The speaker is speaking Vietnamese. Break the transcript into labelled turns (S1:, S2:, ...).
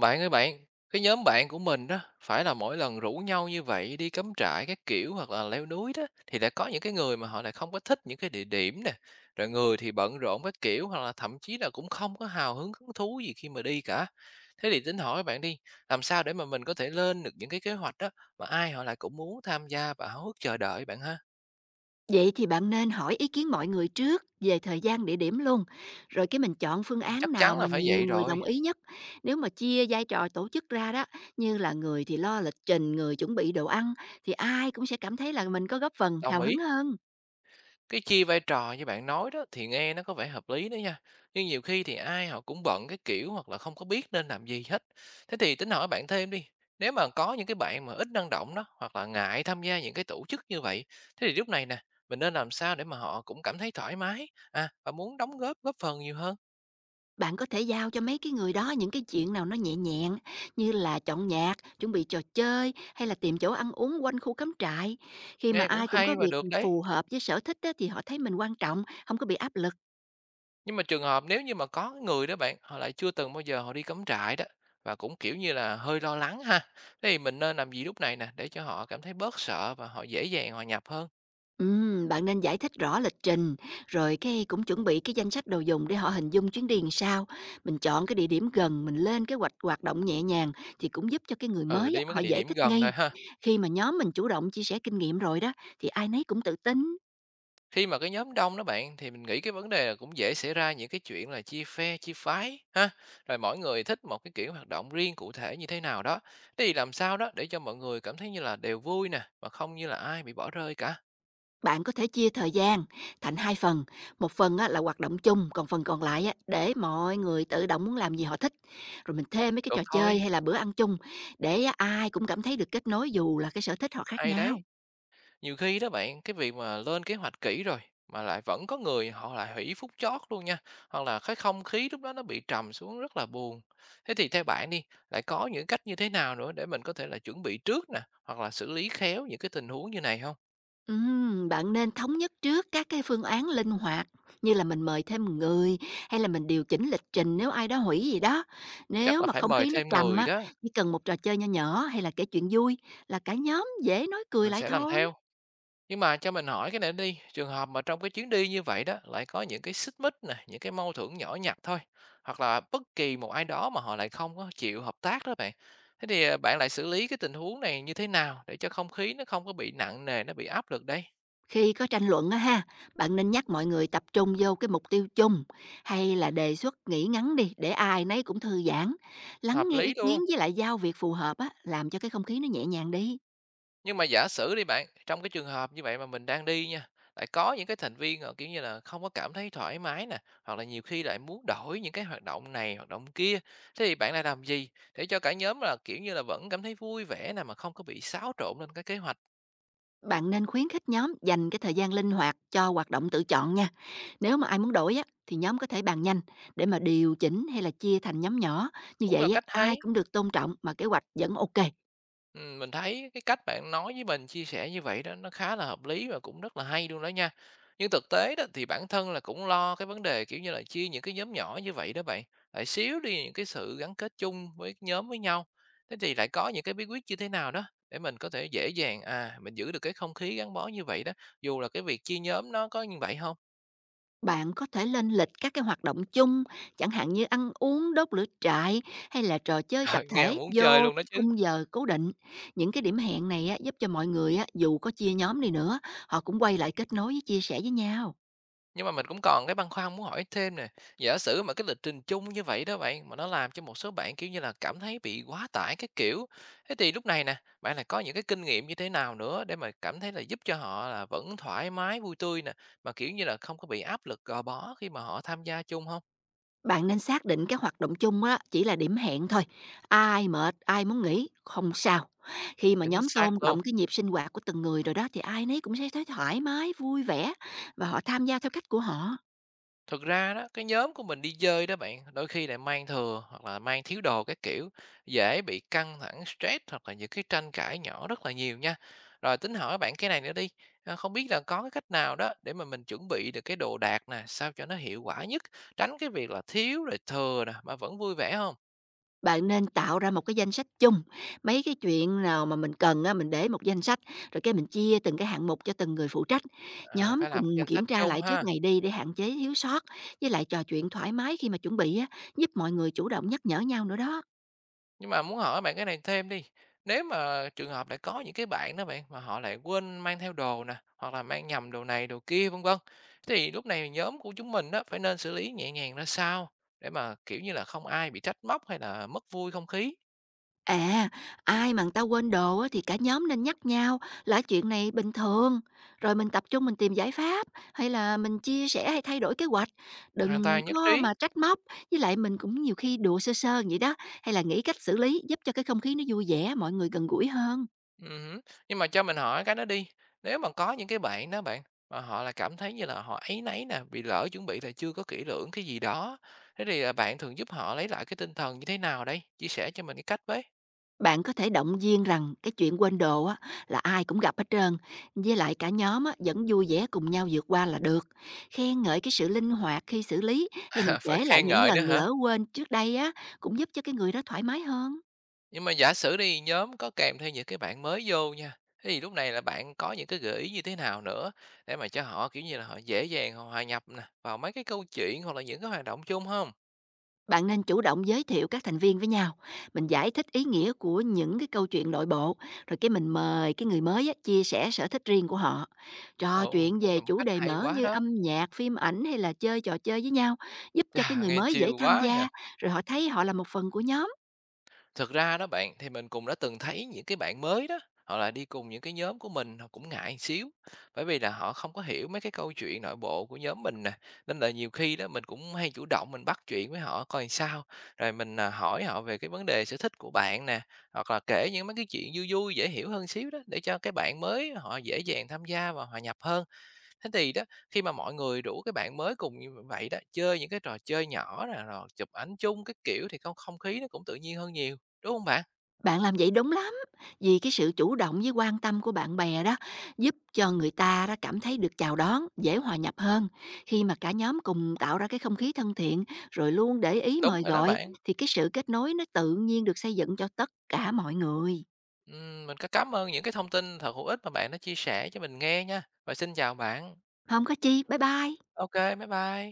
S1: Bạn ơi bạn, cái nhóm bạn của mình đó phải là mỗi lần rủ nhau như vậy đi cắm trại các kiểu hoặc là leo núi đó thì lại có những cái người mà họ lại không có thích những cái địa điểm nè, rồi người thì bận rộn các kiểu hoặc là thậm chí là cũng không có hào hứng hứng thú gì khi mà đi cả. Thế thì tính hỏi bạn đi, làm sao để mà mình có thể lên được những cái kế hoạch đó mà ai họ lại cũng muốn tham gia và háo hức chờ đợi bạn ha?
S2: Vậy thì bạn nên hỏi ý kiến mọi người trước về thời gian, địa điểm luôn, rồi cái mình chọn phương
S1: Ừ. Chắc
S2: án nào
S1: chắn
S2: mà
S1: là phải
S2: nhiều
S1: vậy
S2: người
S1: rồi,
S2: đồng ý nhất. Nếu mà chia vai trò tổ chức ra đó, như là người thì lo lịch trình, người chuẩn bị đồ ăn, thì ai cũng sẽ cảm thấy là mình có góp phần
S1: đồng
S2: hào hứng
S1: ý.
S2: hơn.
S1: Cái chia vai trò như bạn nói đó thì nghe nó có vẻ hợp lý đó nha. Nhưng nhiều khi thì ai họ cũng bận cái kiểu hoặc là không có biết nên làm gì hết. Thế thì tính hỏi bạn thêm đi. Nếu mà có những cái bạn mà ít năng động đó hoặc là ngại tham gia những cái tổ chức như vậy, thế thì lúc này nè, mình nên làm sao để mà họ cũng cảm thấy thoải mái à và muốn đóng góp góp phần nhiều hơn.
S2: Bạn có thể giao cho mấy cái người đó những cái chuyện nào nó nhẹ nhàng, như là chọn nhạc, chuẩn bị trò chơi, hay là tìm chỗ ăn uống quanh khu cắm trại. Khi mà
S1: Nghe cũng
S2: ai cũng có
S1: hay và
S2: việc
S1: được đấy.
S2: phù hợp với sở thích á, thì họ thấy mình quan trọng, không có bị áp lực.
S1: Nhưng mà trường hợp nếu như mà có người đó bạn, họ lại chưa từng bao giờ họ đi cắm trại đó và cũng, kiểu như là, hơi lo lắng ha, thế thì mình nên làm gì lúc này nè để cho họ cảm thấy bớt sợ và họ dễ dàng hòa nhập hơn?
S2: Bạn nên giải thích rõ lịch trình, rồi cái cũng chuẩn bị cái danh sách đồ dùng để họ hình dung chuyến đi làm sao. Mình chọn cái địa điểm gần, mình lên kế hoạch hoạt động nhẹ nhàng thì cũng giúp cho cái người
S1: Ừ,
S2: mới á,
S1: đi mấy
S2: họ
S1: cái địa
S2: dễ
S1: điểm
S2: thích
S1: gần thôi
S2: nghi.
S1: ha.
S2: Khi mà nhóm mình chủ động chia sẻ kinh nghiệm rồi đó, thì ai nấy cũng tự tin.
S1: Khi mà cái nhóm đông đó bạn, thì mình nghĩ cái vấn đề là cũng dễ xảy ra những cái chuyện là chia phe, chia phái ha, rồi mỗi người thích một cái kiểu hoạt động riêng cụ thể như thế nào đó. Thế thì làm sao đó để cho mọi người cảm thấy như là đều vui nè, mà không như là ai bị bỏ rơi cả.
S2: Bạn có thể chia thời gian thành hai phần, một phần á, là hoạt động chung, còn phần còn lại á, để mọi người tự động muốn làm gì họ thích. Rồi mình thêm mấy cái
S1: Được
S2: trò chơi
S1: thôi,
S2: hay là bữa ăn chung để á, ai cũng cảm thấy được kết nối dù là cái sở thích họ khác
S1: hay
S2: nhau.
S1: đấy. Nhiều khi đó bạn, cái việc mà lên kế hoạch kỹ rồi mà lại vẫn có người họ lại hủy phút chót luôn nha, hoặc là cái không khí lúc đó nó bị trầm xuống rất là buồn. Thế thì theo bạn đi, lại có những cách như thế nào nữa để mình có thể là chuẩn bị trước nè, hoặc là xử lý khéo những cái tình huống như này không?
S2: Bạn nên thống nhất trước các cái phương án linh hoạt, như là mình mời thêm người hay là mình điều chỉnh lịch trình nếu ai đó hủy gì đó.
S1: Chắc
S2: Nếu
S1: là
S2: mà
S1: phải
S2: không
S1: mời
S2: khí nó
S1: thêm
S2: trầm
S1: người
S2: á,
S1: đó,
S2: chỉ cần một trò chơi nho nhỏ hay là kể chuyện vui là cả nhóm dễ nói cười
S1: mình
S2: lại
S1: sẽ làm
S2: thôi.
S1: theo. Nhưng mà cho mình hỏi cái này đi, trường hợp mà trong cái chuyến đi như vậy đó lại có những cái xích mích nè, những cái mâu thuẫn nhỏ nhặt thôi, hoặc là bất kỳ một ai đó mà họ lại không có chịu hợp tác đó bạn. Thế thì à, bạn lại xử lý cái tình huống này như thế nào để cho không khí nó không có bị nặng nề, nó bị áp lực đây?
S2: Khi có tranh luận á ha, bạn nên nhắc mọi người tập trung vô cái mục tiêu chung, hay là đề xuất nghĩ ngắn đi để ai nấy cũng thư giãn, lắng
S1: Hợp
S2: nghe ý
S1: lý
S2: kiến
S1: luôn.
S2: với lại giao việc phù hợp á, làm cho cái không khí nó nhẹ nhàng đi.
S1: Nhưng mà giả sử đi bạn, trong cái trường hợp như vậy mà mình đang đi nha, lại có những cái thành viên họ, kiểu như là, không có cảm thấy thoải mái nè, hoặc là nhiều khi lại muốn đổi những cái hoạt động này, hoạt động kia, thế thì bạn lại làm gì để cho cả nhóm là, kiểu như là, vẫn cảm thấy vui vẻ nè, mà không có bị xáo trộn lên cái kế hoạch?
S2: Bạn nên khuyến khích nhóm dành cái thời gian linh hoạt cho hoạt động tự chọn nha. Nếu mà ai muốn đổi á thì nhóm có thể bàn nhanh để mà điều chỉnh hay là chia thành nhóm nhỏ. Như
S1: Cũng là
S2: vậy á,
S1: cách
S2: ai
S1: hay.
S2: cũng được tôn trọng mà kế hoạch vẫn ok.
S1: Mình thấy cái cách bạn nói với mình, chia sẻ như vậy đó nó khá là hợp lý và cũng rất là hay luôn đó nha. Nhưng thực tế đó thì bản thân là cũng lo cái vấn đề, kiểu như là, chia những cái nhóm nhỏ như vậy đó bạn, lại xíu đi những cái sự gắn kết chung với nhóm với nhau. Thế thì lại có những cái bí quyết như thế nào đó để mình có thể dễ dàng, à, mình giữ được cái không khí gắn bó như vậy đó, dù là cái việc chia nhóm nó có như vậy không?
S2: Bạn có thể lên lịch các cái hoạt động chung, chẳng hạn như ăn uống, đốt lửa trại hay là trò chơi tập
S1: Nghe mà
S2: thể
S1: muốn chơi
S2: vô
S1: luôn đó
S2: cái
S1: chứ.
S2: khung giờ cố định. Những cái điểm hẹn này á, giúp cho mọi người á, dù có chia nhóm đi nữa, họ cũng quay lại kết nối với chia sẻ với nhau.
S1: Nhưng mà mình cũng còn cái băn khoăn muốn hỏi thêm nè, giả sử mà cái lịch trình chung như vậy đó bạn, mà nó làm cho một số bạn, kiểu như là, cảm thấy bị quá tải cái kiểu, thế thì lúc này nè, bạn là có những cái kinh nghiệm như thế nào nữa để mà cảm thấy là giúp cho họ là vẫn thoải mái, vui tươi nè, mà, kiểu như là, không có bị áp lực gò bó khi mà họ tham gia chung không?
S2: Bạn nên xác định cái hoạt động chung á chỉ là điểm hẹn thôi, ai mệt, ai muốn nghỉ, không sao. Khi mà
S1: Chính
S2: nhóm tôn
S1: xác luôn.
S2: trọng cái nhịp sinh hoạt của từng người rồi đó, thì ai nấy cũng sẽ thấy thoải mái, vui vẻ và họ tham gia theo cách của họ.
S1: Thực ra đó, cái nhóm của mình đi chơi đó bạn, đôi khi lại mang thừa hoặc là mang thiếu đồ các kiểu, dễ bị căng thẳng, stress hoặc là những cái tranh cãi nhỏ rất là nhiều nha. Rồi tính hỏi bạn cái này nữa đi, à, không biết là có cái cách nào đó để mà mình chuẩn bị được cái đồ đạc nè, sao cho nó hiệu quả nhất, tránh cái việc là thiếu rồi thừa nè mà vẫn vui vẻ không?
S2: Bạn nên tạo ra một cái danh sách chung, mấy cái chuyện nào mà mình cần á mình để một danh sách, rồi cái mình chia từng cái hạng mục cho từng người phụ trách.
S1: À,
S2: Nhóm
S1: phải làm cái
S2: cùng
S1: danh sách
S2: kiểm tra
S1: chung
S2: lại trước
S1: ha.
S2: ngày đi để hạn chế thiếu sót, với lại trò chuyện thoải mái khi mà chuẩn bị á, giúp mọi người chủ động nhắc nhở nhau nữa đó.
S1: Nhưng mà muốn hỏi bạn cái này thêm đi, nếu mà trường hợp lại có những cái bạn đó bạn mà họ lại quên mang theo đồ nè, hoặc là mang nhầm đồ này đồ kia vân vân, thì lúc này nhóm của chúng mình đó phải nên xử lý nhẹ nhàng ra sao để mà, kiểu như là, không ai bị trách móc hay là mất vui không khí?
S2: À, ai mà người ta quên đồ á, thì cả nhóm nên nhắc nhau là chuyện này bình thường, rồi mình tập trung mình tìm giải pháp, hay là mình chia sẻ hay thay đổi kế hoạch,
S1: Hoàn
S2: đừng
S1: toàn nhất
S2: có
S1: trí.
S2: mà trách móc, với lại mình cũng nhiều khi đùa sơ sơ vậy đó, hay là nghĩ cách xử lý giúp cho cái không khí nó vui vẻ, mọi người gần gũi hơn.
S1: Ừm. Nhưng mà cho mình hỏi cái đó đi, nếu mà có những cái bạn đó bạn, mà họ là cảm thấy như là họ áy náy nè, bị lỡ chuẩn bị là chưa có kỹ lưỡng cái gì đó, thế thì, à, bạn thường giúp họ lấy lại cái tinh thần như thế nào đây? Chia sẻ cho mình cái cách với.
S2: Bạn có thể động viên rằng cái chuyện quên đồ á, là ai cũng gặp hết trơn, với lại cả nhóm á, vẫn vui vẻ cùng nhau vượt qua là được. Khen ngợi cái sự linh hoạt khi xử lý hay mình
S1: À, phải
S2: kể lại
S1: khen
S2: những
S1: ngợi
S2: lần
S1: nữa hả?
S2: lỡ quên trước đây á, cũng giúp cho cái người đó thoải mái hơn.
S1: Nhưng mà giả sử đi, nhóm có kèm thêm những cái bạn mới vô nha, thế thì lúc này là bạn có những cái gợi ý như thế nào nữa để mà cho họ, kiểu như là, họ dễ dàng họ hòa nhập nè, vào mấy cái câu chuyện hoặc là những cái hoạt động chung không?
S2: Bạn nên chủ động giới thiệu các thành viên với nhau, mình giải thích ý nghĩa của những cái câu chuyện nội bộ, rồi cái mình mời cái người mới á, chia sẻ sở thích riêng của họ. Trò
S1: Ồ,
S2: chuyện
S1: cũng
S2: về
S1: là một
S2: chủ
S1: cách
S2: đề
S1: hay
S2: mở
S1: quá
S2: như
S1: đó.
S2: âm nhạc, phim ảnh hay là chơi trò chơi với nhau, giúp cho
S1: Chà,
S2: cái người
S1: nghe
S2: mới dễ
S1: chill
S2: tham
S1: quá nhỉ!
S2: gia, rồi họ thấy họ là một phần của nhóm.
S1: Thực ra đó bạn, thì mình cũng đã từng thấy những cái bạn mới đó, họ lại đi cùng những cái nhóm của mình, họ cũng ngại xíu, bởi vì là họ không có hiểu mấy cái câu chuyện nội bộ của nhóm mình nè, nên là nhiều khi đó mình cũng hay chủ động mình bắt chuyện với họ coi sao, rồi mình, à, hỏi họ về cái vấn đề sở thích của bạn nè, hoặc là kể những mấy cái chuyện vui vui, dễ hiểu hơn xíu đó, để cho cái bạn mới họ dễ dàng tham gia và hòa nhập hơn. Thế thì đó, khi mà mọi người rủ cái bạn mới cùng như vậy đó, chơi những cái trò chơi nhỏ nè, rồi chụp ảnh chung cái kiểu thì không không khí nó cũng tự nhiên hơn nhiều, đúng không bạn?
S2: Bạn làm vậy đúng lắm, vì cái sự chủ động với quan tâm của bạn bè đó giúp cho người ta đó cảm thấy được chào đón, dễ hòa nhập hơn. Khi mà cả nhóm cùng tạo ra cái không khí thân thiện, rồi luôn để ý
S1: Đúng
S2: mời
S1: rồi đó
S2: gọi,
S1: bạn.
S2: thì cái sự kết nối nó tự nhiên được xây dựng cho tất cả mọi người.
S1: Mình cảm ơn những cái thông tin thật hữu ích mà bạn đã chia sẻ cho mình nghe nha, và xin chào bạn.
S2: Không có chi, bye bye.
S1: Ok, bye bye.